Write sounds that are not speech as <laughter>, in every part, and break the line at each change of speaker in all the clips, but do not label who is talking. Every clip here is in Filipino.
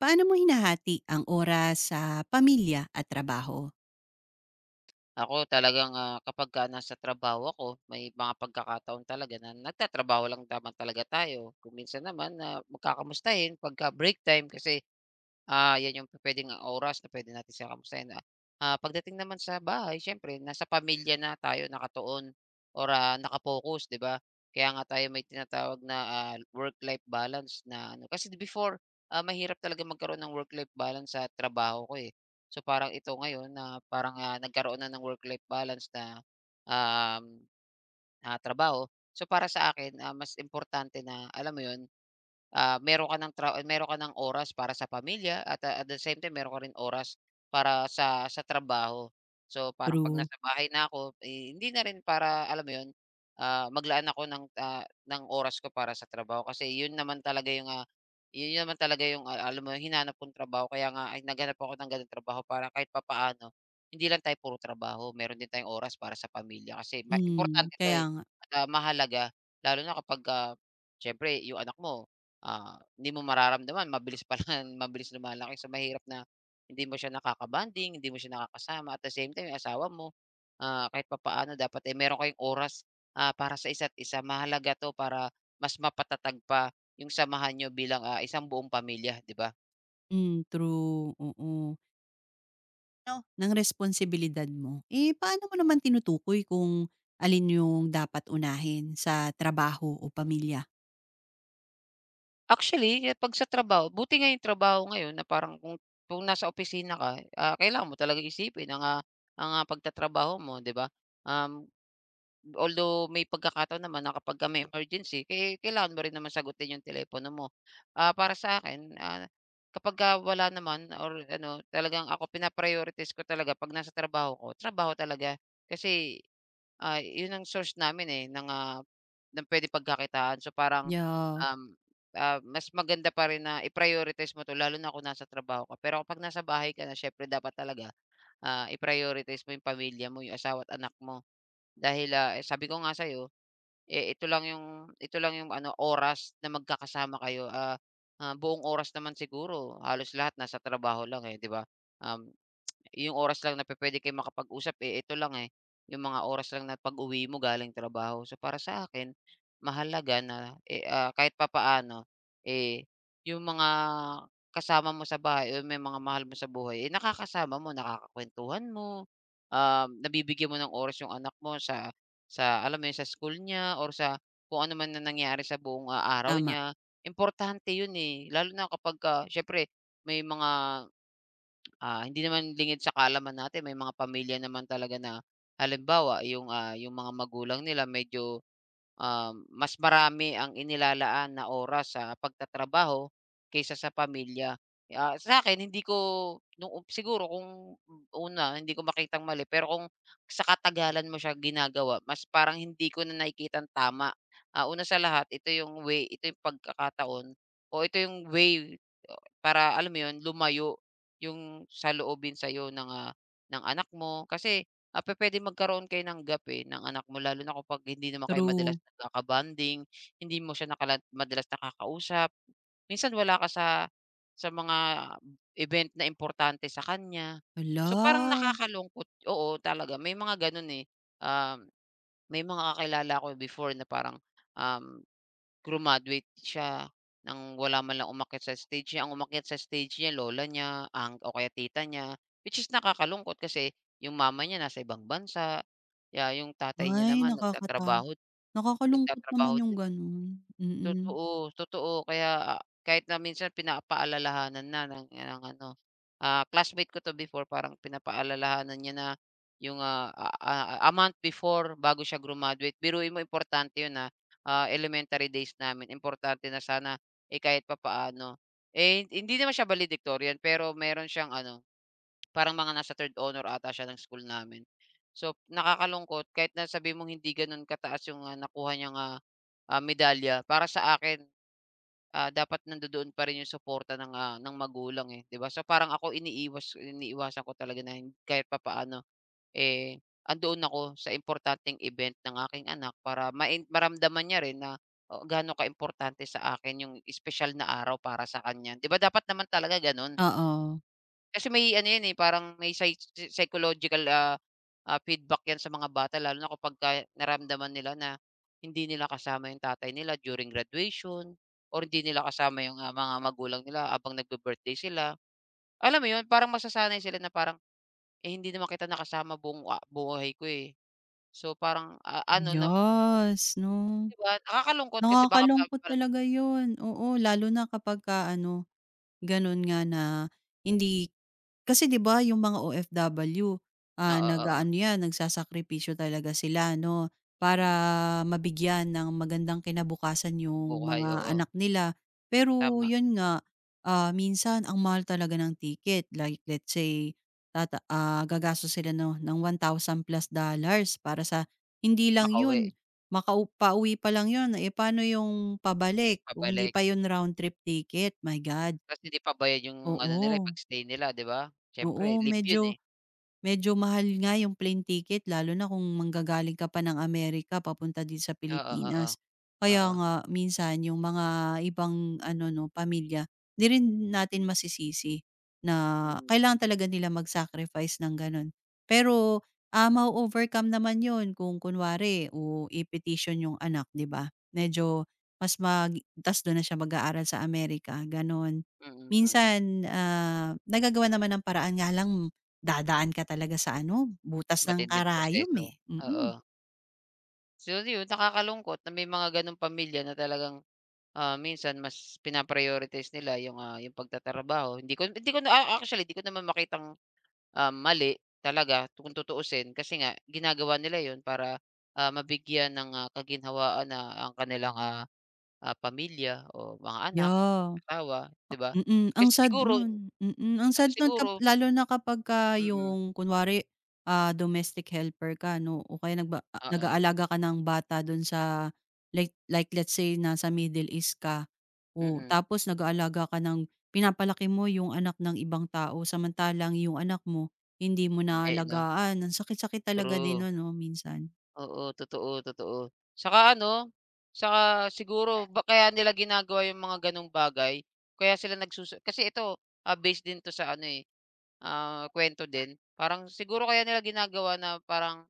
Paano mo hinahati ang oras sa pamilya at trabaho?
Ako talagang, kapagka nasa trabaho ako, may mga pagkakataon talaga na nagtatrabaho lang naman talaga tayo. Kung minsan naman na magkakamustahin pagka break time kasi 'yan yung pupuwedeng oras na pwede natin siya kamustahin, pagdating naman sa bahay siyempre nasa pamilya na tayo nakatuon or, naka 'di ba? Kaya nga tayo may tinatawag na, work-life balance na ano kasi before, mahirap talaga magkaroon ng work-life balance sa trabaho ko, eh. So, parang ito ngayon na parang, nagkaroon na ng work-life balance na, um, trabaho. So, para sa akin, mas importante na alam mo 'yun, meron ka ng tra meron ka ng oras para sa pamilya at, at the same time meron ka rin oras para sa trabaho. So, parang 'pag
True.
nasa bahay na ako, eh, hindi na rin para alam mo 'yun, maglaan ako ng, ng oras ko para sa trabaho kasi 'yun naman talaga yung, 'yun naman talaga yung, alam mo hinanap kong trabaho kaya nga ay naghanap ako ng gano'ng trabaho para kahit papaano hindi lang tayo puro trabaho, meron din tayong oras para sa pamilya kasi ma
Hmm,
importante 'to,
kaya
eh.
nga.
Mahalaga lalo na kapagka siyempre yung anak mo, hindi mo mararamdaman mabilis pala <laughs> mabilis lumalaki. So, mahirap na hindi mo siya nakakabanding, hindi mo siya nakakasama at the same time yung asawa mo, kahit papaano dapat, eh, meron kayong oras, para sa isa't isa. Mahalaga 'to para mas mapatatag pa yung samahan niyo bilang, isang buong pamilya, 'di ba?
Hmm, true, oo. No. Ng responsibilidad mo. Eh, paano mo naman tinutukoy kung alin yung dapat unahin sa trabaho o pamilya?
Actually, eh, 'pag sa trabaho buti nga yung trabaho ngayon na parang kung nasa opisina ka, kailangan mo talaga isipin ang, ang, pagtatrabaho mo, 'di ba? Um, although may pagkakataon naman na kapagka may emergency, eh, kailangan mo rin naman sagutin yung telepono mo. Para sa akin, kapagka wala naman or ano, talagang ako pina ko talaga 'pag nasa trabaho ko, trabaho talaga. Kasi, yun ang source namin, eh, ng, ng pwede pagkakitaan. So, parang,
Yeah,
um ah, mas maganda pa rin na i-prioritize mo 'to lalo na kung nasa trabaho ka. Pero kapag nasa bahay ka na siyempre dapat talaga, i-prioritize mo yung pamilya mo, yung asawa at anak mo. Dahil, eh, sabi ko nga sa'yo, eh, ito lang yung ano, oras na magkakasama kayo. Buong oras naman siguro halos lahat nasa trabaho lang, eh, 'di ba? Um yung oras lang na pupuwede kayong makapag-usap, eh, ito lang, eh, yung mga oras lang na pag-uwi mo galing trabaho. So, para sa akin mahalaga na, eh, kahit papaano, eh, yung mga kasama mo sa bahay o may mga mahal mo sa buhay, eh, nakakasama mo, nakakakuwentuhan mo, nabibigyan mo ng oras yung anak mo sa alam mo yun, sa school niya or sa kung ano man na nangyari sa buong, araw
tama,
niya. Importante yun, eh, lalo na kapagka siyempre may mga hindi naman lingid sa kaalaman natin may mga pamilya naman talaga na halimbawa yung, yung mga magulang nila medyo, mas marami ang inilalaan na oras sa pagtatrabaho kaysa sa pamilya. Sa akin hindi ko nung siguro kung una hindi ko makitang mali pero kung sa katagalan mo siya ginagawa mas parang hindi ko na nakikitang tama. Una sa lahat ito yung way, ito yung pagkakataon o ito yung way para alam mo yun, lumayo yung saloobin sa'yo ng, ng anak mo kasi, pupuwedeng magkaroon kayo ng gap, eh, ng anak mo lalo na kapag hindi naman kayo madalas
true.
nagkaka hindi mo siya nakala madalas nakakausap. Minsan wala ka sa mga event na importante sa kanya. So, parang
Hala!
nakakalungkot oo, talaga may mga gano'n, eh. Um, may mga kakilala ko before na parang, um grumaduate siya ng wala man lang umakyat sa stage niya. Ang umakyat sa stage niya lola niya, ang o kaya tita niya, which is nakakalungkot kasi yung mama niya nasa ibang bansa, kaya yung tatay niya
Ay,
naman nagtatrabaho
nakakalungkot
nagtatrabaho
naman yung gano'n, mm.
Totoo, totoo. Kaya, kahit na minsan pinapaalalahanan na ng ano, classmate ko 'to before parang pinapaalalahanan niya na yung, a month before bago siya graduate. Biruin mo importante 'yun, na elementary days namin importante na sana, eh, kahit papaano. Eh, hindi naman siya valedictorian pero meron siyang ano, parang mga nasa third honor ata siya ng school namin. So, nakakalungkot kahit na sabi mong hindi gano'n kataas yung, nakuha niyang, medalya para sa akin, dapat nandodoon pa rin yung suporta ng, ng magulang, eh, 'di ba? So, parang ako iniiwas iniiwasan ko talaga na hin- kahit papaano, eh, andoon ako sa importanteng event ng aking anak para main maramdaman niya rin na, oh, gaano ka importante sa akin yung special na araw para sa kanya. 'Di ba dapat naman talaga gano'n?
Oo,
Kasi may ano 'yan, eh, parang may psy psychological, feedback 'yan sa mga bata lalo na kapagka naramdaman nila na hindi nila kasama yung tatay nila during graduation or hindi nila kasama yung, mga magulang nila abang nagbi-birthday sila. Alam mo 'yun, parang masasanay sila na parang, "Eh, hindi naman kita nakasama buong, buhay ko, eh." So, parang, ano na
yes, 'no?
'di ba, nakakalungkot kasi baka bago
Nakakalungkot
pa lang
talaga 'yun, oo. Lalo na kapagka ano, gano'n nga na hindi kasi 'di ba yung mga OFW,
oo, oo, oo.
nag-aano 'yan, nagsasakripisyo talaga sila 'no, para
Mm,
mabigyan ng magandang kinabukasan yung
buhay,
mga
oo,
anak nila. Pero
tama,
yun nga, minsan ang mahal talaga ng ticket, like let's say gagastos sila no ng $1,000+ para sa hindi lang yun,
makauwi,
pauwi pa lang yun, eh, paano yung pabalik kung hindi
pabalik.
pa yun round trip ticket, my God.
Tas hindi pa bayad yung ano nila, eh,
Oo,
pag-stay nila, 'di ba? Siyempre
oo.
leave yun,
medyo
eh.
Medyo mahal nga yung plane ticket lalo na kung manggagaling ka pa ng Amerika papunta dito sa
Oo, oo,
Pilipinas. Kaya
oo.
nga minsan yung mga ibang ano 'no, pamilya, 'di rin natin masisisi na
Hmm,
kailangan talaga nila mag-sacrifice ng gano'n. Pero, mao-overcome naman 'yun kung kunwari o i-petition yung anak, 'di ba? Medyo mas mag ta's do'n na siya mag-aaral sa Amerika, gano'n.
mm, mm.
Minsan, nagagawan naman ng paraan, nga lang dadaan ka talaga sa ano, butas ng
Matinding
karayom,
proseso,
eh,
oo.
mm.
So, yun nakakalungkot na may mga gano'ng pamilya na talagang, minsan mas pina-prioritize nila yung, yung pagtatrabaho. Hindi ko na a actually, 'di ko naman makitang mali talaga kung tutuusin kasi nga ginagawa nila yon para, mabigyan ng, kaginhawaan na ang kanilang, pamilya o mga anak,
Yeah,
asawa, 'di ba?
ang
Kasi
sad
siguro
nun. Ang sad nun
siguro
lalo na kapagka
mm,
yung kunwari, domestic helper ka 'no o kaya nagba a
oo,
nag-aalaga ka ng bata dun sa like let's say nasa Middle East ka, oh,
mm,
tapos nag-aalaga ka ng, pinapalaki mo yung anak ng ibang tao samantalang yung anak mo hindi mo
eh, 'no,
naalagaan, ang sakit-sakit talaga din
true.
nun 'no minsan.
Oo, totoo, totoo. Saka ano, saka siguro ba kaya nila ginagawa yung mga gano'ng bagay, kaya sila nagsusu kasi ito, based din 'to sa ano, eh, kwento din. Parang siguro kaya nila ginagawa na parang,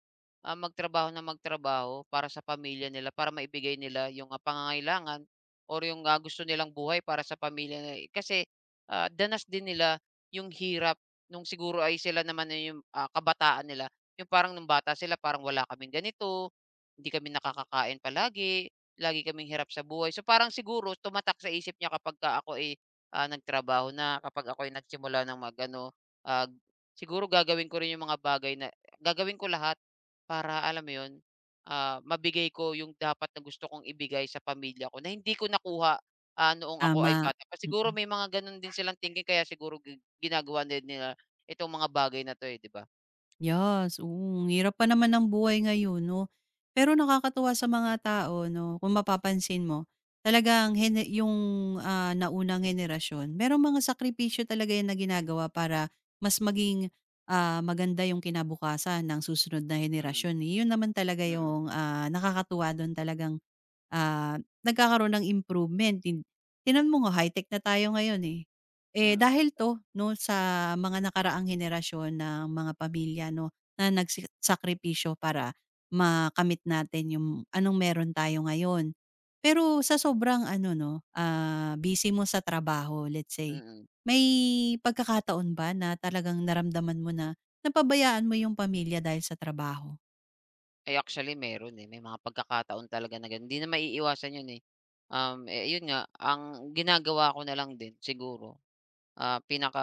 magtrabaho nang magtrabaho para sa pamilya nila, para maibigay nila yung, pangangailangan or yung, gusto nilang buhay para sa pamilya nila, eh. Kasi, danas din nila yung hirap nung siguro ay sila naman na yung, kabataan nila. Yung parang nung bata sila parang wala kaming ganito, hindi kami nakakakain palagi, lagi kaming hirap sa buhay. So parang siguro tumatak sa isip niya kapagka ako ay, nagtrabaho na, kapag ako'y nagsimula ng mag-ano, ah, siguro gagawin ko rin yung mga bagay na gagawin ko lahat para alam mo 'yun, mabigay ko yung dapat na gusto kong ibigay sa pamilya ko na hindi ko nakuha, noong ako ay
Tama,
bata pa.
mm.
Siguro may mga gano'n din silang thinking kaya siguro gi ginagawa din nila itong mga bagay na 'to, eh, 'di ba?
Yes, oo. Ang hirap pa naman ng buhay ngayon 'no. Pero nakakatuwa sa mga tao 'no, kung mapapansin mo talagang yung, naunang henerasyon merong mga sakripisyo talaga yan na ginagawa para mas maging, maganda yung kinabukasan ng susunod na
Mm,
henerasyon. Yun naman talaga
mm.
yung, nakakatuwa dun talagang nagkakaroon ng improvement. Tingnan mo nga, high-tech na tayo ngayon, eh. Eh,
Mm,
dahil
totoo,
'to 'no sa mga nakaraang henerasyon ng mga pamilya 'no, na sakripisyo para makamit natin yung anong meron tayo ngayon. Pero sa sobrang ano 'no, busy mo sa trabaho, let's say,
mm.
may pagkakataon ba na talagang naramdaman mo na napabayaan mo yung pamilya dahil sa trabaho?
Ay, actually meron, eh, may mga pagkakataon talaga na gano'n, hindi na maiiwasan 'yun, eh. Eh, yun nga, ang ginagawa ko na lang din siguro, pinaka,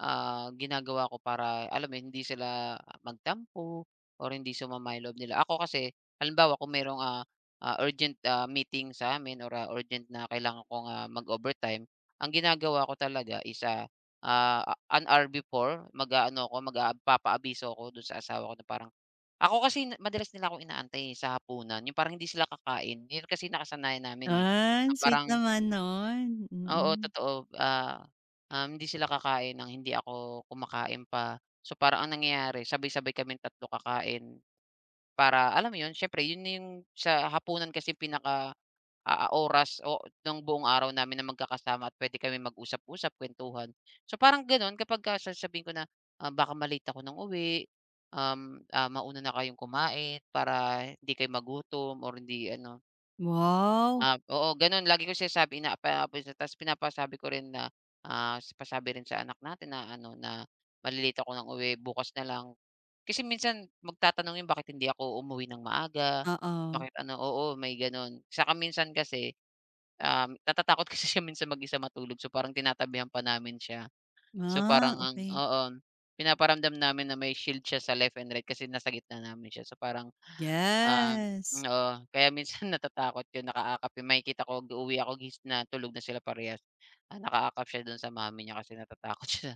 ginagawa ko para alam mo 'yun, hindi sila magtampo or hindi sumama yung loob nila. Ako kasi halimbawa kung merong, urgent, meeting sa'min or, urgent na kailangan kong, mag-overtime, ang ginagawa ko talaga is, ah, an hour before mag-aano ako, mag papaabiso ako dun sa asawa ko na parang ako kasi na- madalas nila ako inaantay, eh, sa hapunan yung parang hindi sila kakain, yun kasi nakasanayan namin, eh, na
Sweet
parang
naman no'n.
oo,
Mm.
totoo, hindi sila kakain ng hindi ako kumakain pa. So, parang ang nangyayari sabay-sabay kami tatlo kakain. Para alam mo 'yun, siyempre 'yun na 'yung sa hapunan kasi pinaka, oras o ng buong araw namin na magkakasama at puwede kami mag-usap-usap, kuwentuhan. So, parang gano'n kapagka sasabihin ko na, baka ma ako ng uwi, mauna na kayong kumain para hindi kayo magutom or hindi ano.
Wow,
Oo gano'n lagi ko sinasabi ina pa tas pinapasabi ko rin na, pasabi rin sa anak natin na ano na, "Malilate ako ng uwi bukas na lang." Kasi minsan magtatanong 'yun bakit hindi ako umuwi ng maaga,
oo.
bakit ano oo may gano'n. Saka minsan kasi, natatakot <laughs> kasi siya minsan mag-isa matulog so parang tinatabihan pa namin siya. So, parang ang
Okay.
oo, pinaparamdam namin na may shield siya sa left and right kasi nasa gitna namin siya. So, parang, ah
Yes.
oo, kaya minsan <laughs> natatakot 'yun, nakaakap 'yun. Makikita ko uuwi ako gis na tulog na sila parehas. Nakaakap siya do'n sa mommy niya kasi natatakot <laughs> siya.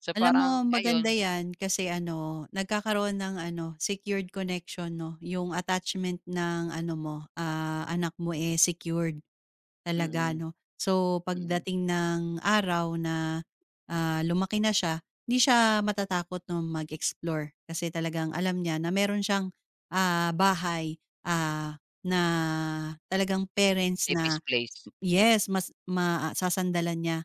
So,
Alam mo,
parang
maganda
ayun,
'yan kasi ano, nagkakaroon ng ano, secured connection 'no, yung attachment ng ano mo, anak mo, eh, secured talaga
mm,
'no. So,
mm,
pagdating ng araw na, lumaki na siya, hindi siya matatakot 'no mag-explore kasi talagang alam niya na meron siyang, bahay, ah, na talagang parents na.
safest place.
Yes, mas masasandalan niya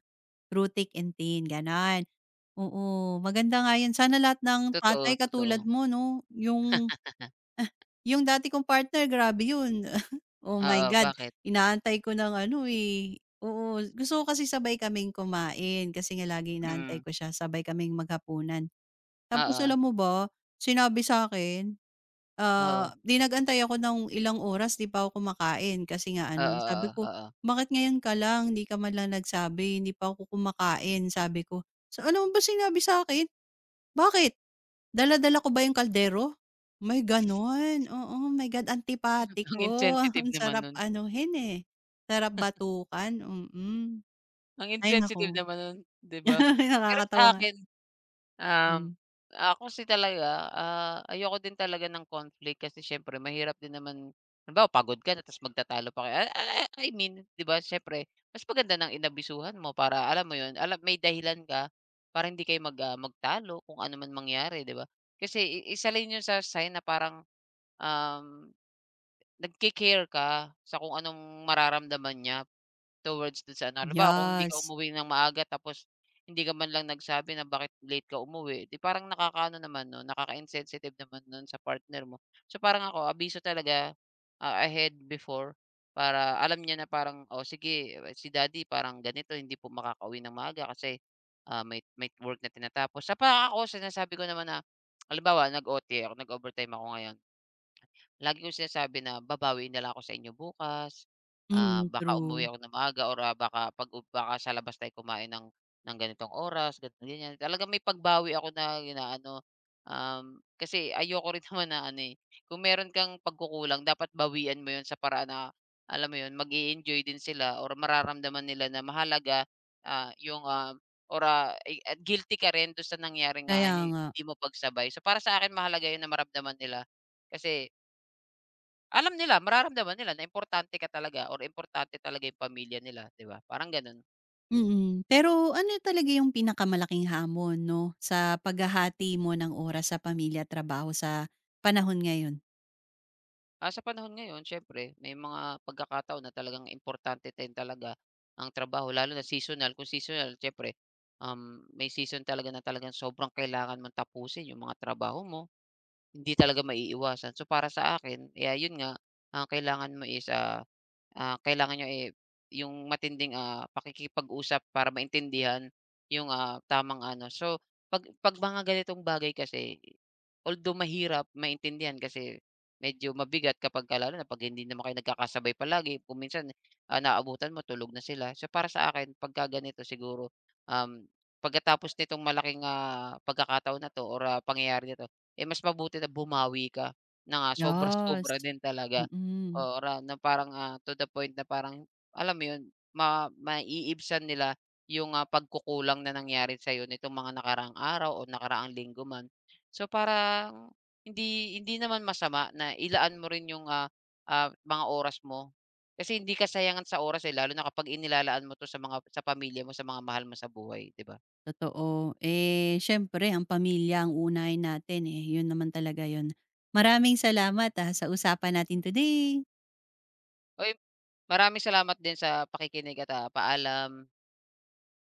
through thick and thin, gano'n. Oo, maganda nga 'yan. Sana lahat ng
Totoo,
tatay katulad
totoo.
mo 'no, yung
<laughs>
dati kong partner, grabe yun. <laughs> Oh my
Oo,
God,
bakit?
inaantay ko ng ano, eh, oo, gusto ko kasi sabay kaming kumain kasi nga lagi inaantay
Mm,
ko siya, sabay kaming maghapunan. Tapos,
oo,
alam mo ba, sinabi sa'kin,
oo,
'di ako ng ilang oras 'di pa ako kumakain kasi nga ano,
oo,
sabi ko,
oo, oo.
"Bakit ngayon ka lang, hindi ka man lang nagsabi, hindi pa ako kumakain," sabi ko. So, alam mo ba sinabi sa'kin? "Bakit? Dala-dala ko ba yung kaldero?" May gano'n, oo. My God, antipati
<laughs> Ang
ko. <laughs>
insensitive
Ang
naman
sarap
nun,
anuhin, eh, sarap batukan, mm.
ang
Ay
insensitive
naku,
naman nun, 'di ba?
<laughs>
Pero sa
nakakatawa,
akin
hmm.
Um, ah, ako kasi talaga, ayoko din talaga ng conflict kasi siyempre mahirap din naman halimbawa pagod ka na tapos magtatalo pa kayo. I mean, 'di ba siyempre mas maganda ng inabisuhan mo para alam mo 'yun, alam may dahilan ka para hindi kayo mag, magtalo kung ano man mangyari, 'di ba? Kasi i isa rin 'yun sa sign na parang, um, nagke-care ka sa kung anong mararamdaman niya. Towards dun sa ano, halimbawa kung hindi ka
Yes,
umuwi ng maaga tapos hindi ka man lang nagsabi na bakit late ka umuwi, 'di parang nakakaano naman nun, nakaka-insensitive naman nun sa partner mo. So, parang ako abiso talaga, ahead before para alam niya na parang, "Oh, sige eh, si daddy parang ganito hindi po makakauwi ng maaga kasi, may work na tinatapos." Sa pa ako sinasabi ko naman na halimbawa nag-OT ako, nag-overtime ako ngayon. Lagi kong sinasabi na babawi na lang ako sa inyo bukas,
mm,
baka umuwi
true.
ako ng maaga or, baka pag u baka sa labas tayo kumain ng ganitong oras, ganito, ganyan. Talagang may pagbawi ako na inaano, kasi ayoko rin <laughs> naman na ano, eh, kung meron kang pagkukulang dapat bawian mo yon sa paraan na, alam mo 'yun, mag enjoy din sila or mararamdaman nila na mahalaga, 'yung, or, i at guilty ka rin do'n sa nangyari nga
Kaya
hi-
nga,
hindi mo pagsabay. So, para sa akin mahalaga 'yun na maramdaman nila kasi alam nila, mararamdaman nila na importante ka talaga or importante talaga yung pamilya nila, 'di ba? Parang gano'n.
mm. Pero ano talaga yung pinakamalaking hamon 'no, sa paghahati mo ng oras sa pamilya at trabaho sa panahon ngayon?
Sa panahon ngayon siyempre may mga pagkakataon na talagang importante din talaga ang trabaho lalo na seasonal. Kung seasonal siyempre, may season talaga na talagang sobrang kailangan mong tapusin yung mga trabaho mo, hindi talaga maiiwasan. So, para sa akin, eh, ayun nga, ang kailangan mo is, kailangan niyo, eh, yung matinding, pakikipag-usap para maintindihan yung, tamang ano. So, 'pag mga ganitong bagay kasi, although mahirap maintindihan kasi medyo mabigat kapagka lalo na 'pag hindi naman kayo nagkakasabay palagi kung minsan, naabutan mo tulog na sila. So, para sa akin pagka ganito siguro, um, pagkatapos nitong malaking, pagkakataon na 'to or, pangyayari na 'to, eh, mas mabuti na bumawi ka na nga
Yes,
sobra-sobra din talaga
mm.
or, na parang, to the point na parang alam mo 'yun, ma maiibsan nila yung, pagkukulang na nangyari sa'yo nitong mga nakaraang araw o nakaraang linggo man. So, parang hindi hindi naman masama na ilaan mo rin yung, mga oras mo. Kasi hindi kasayangan sa oras, eh, lalo na kapag inilalaan mo 'to sa mga sa pamilya mo, sa mga mahal mo sa buhay, 'di ba?
Totoo. Eh, siyempre ang pamilya ang uunahin natin, eh, yun naman talaga yun. Maraming salamat, sa usapan natin today.
Uy, maraming salamat din sa pakikinig at, paalam.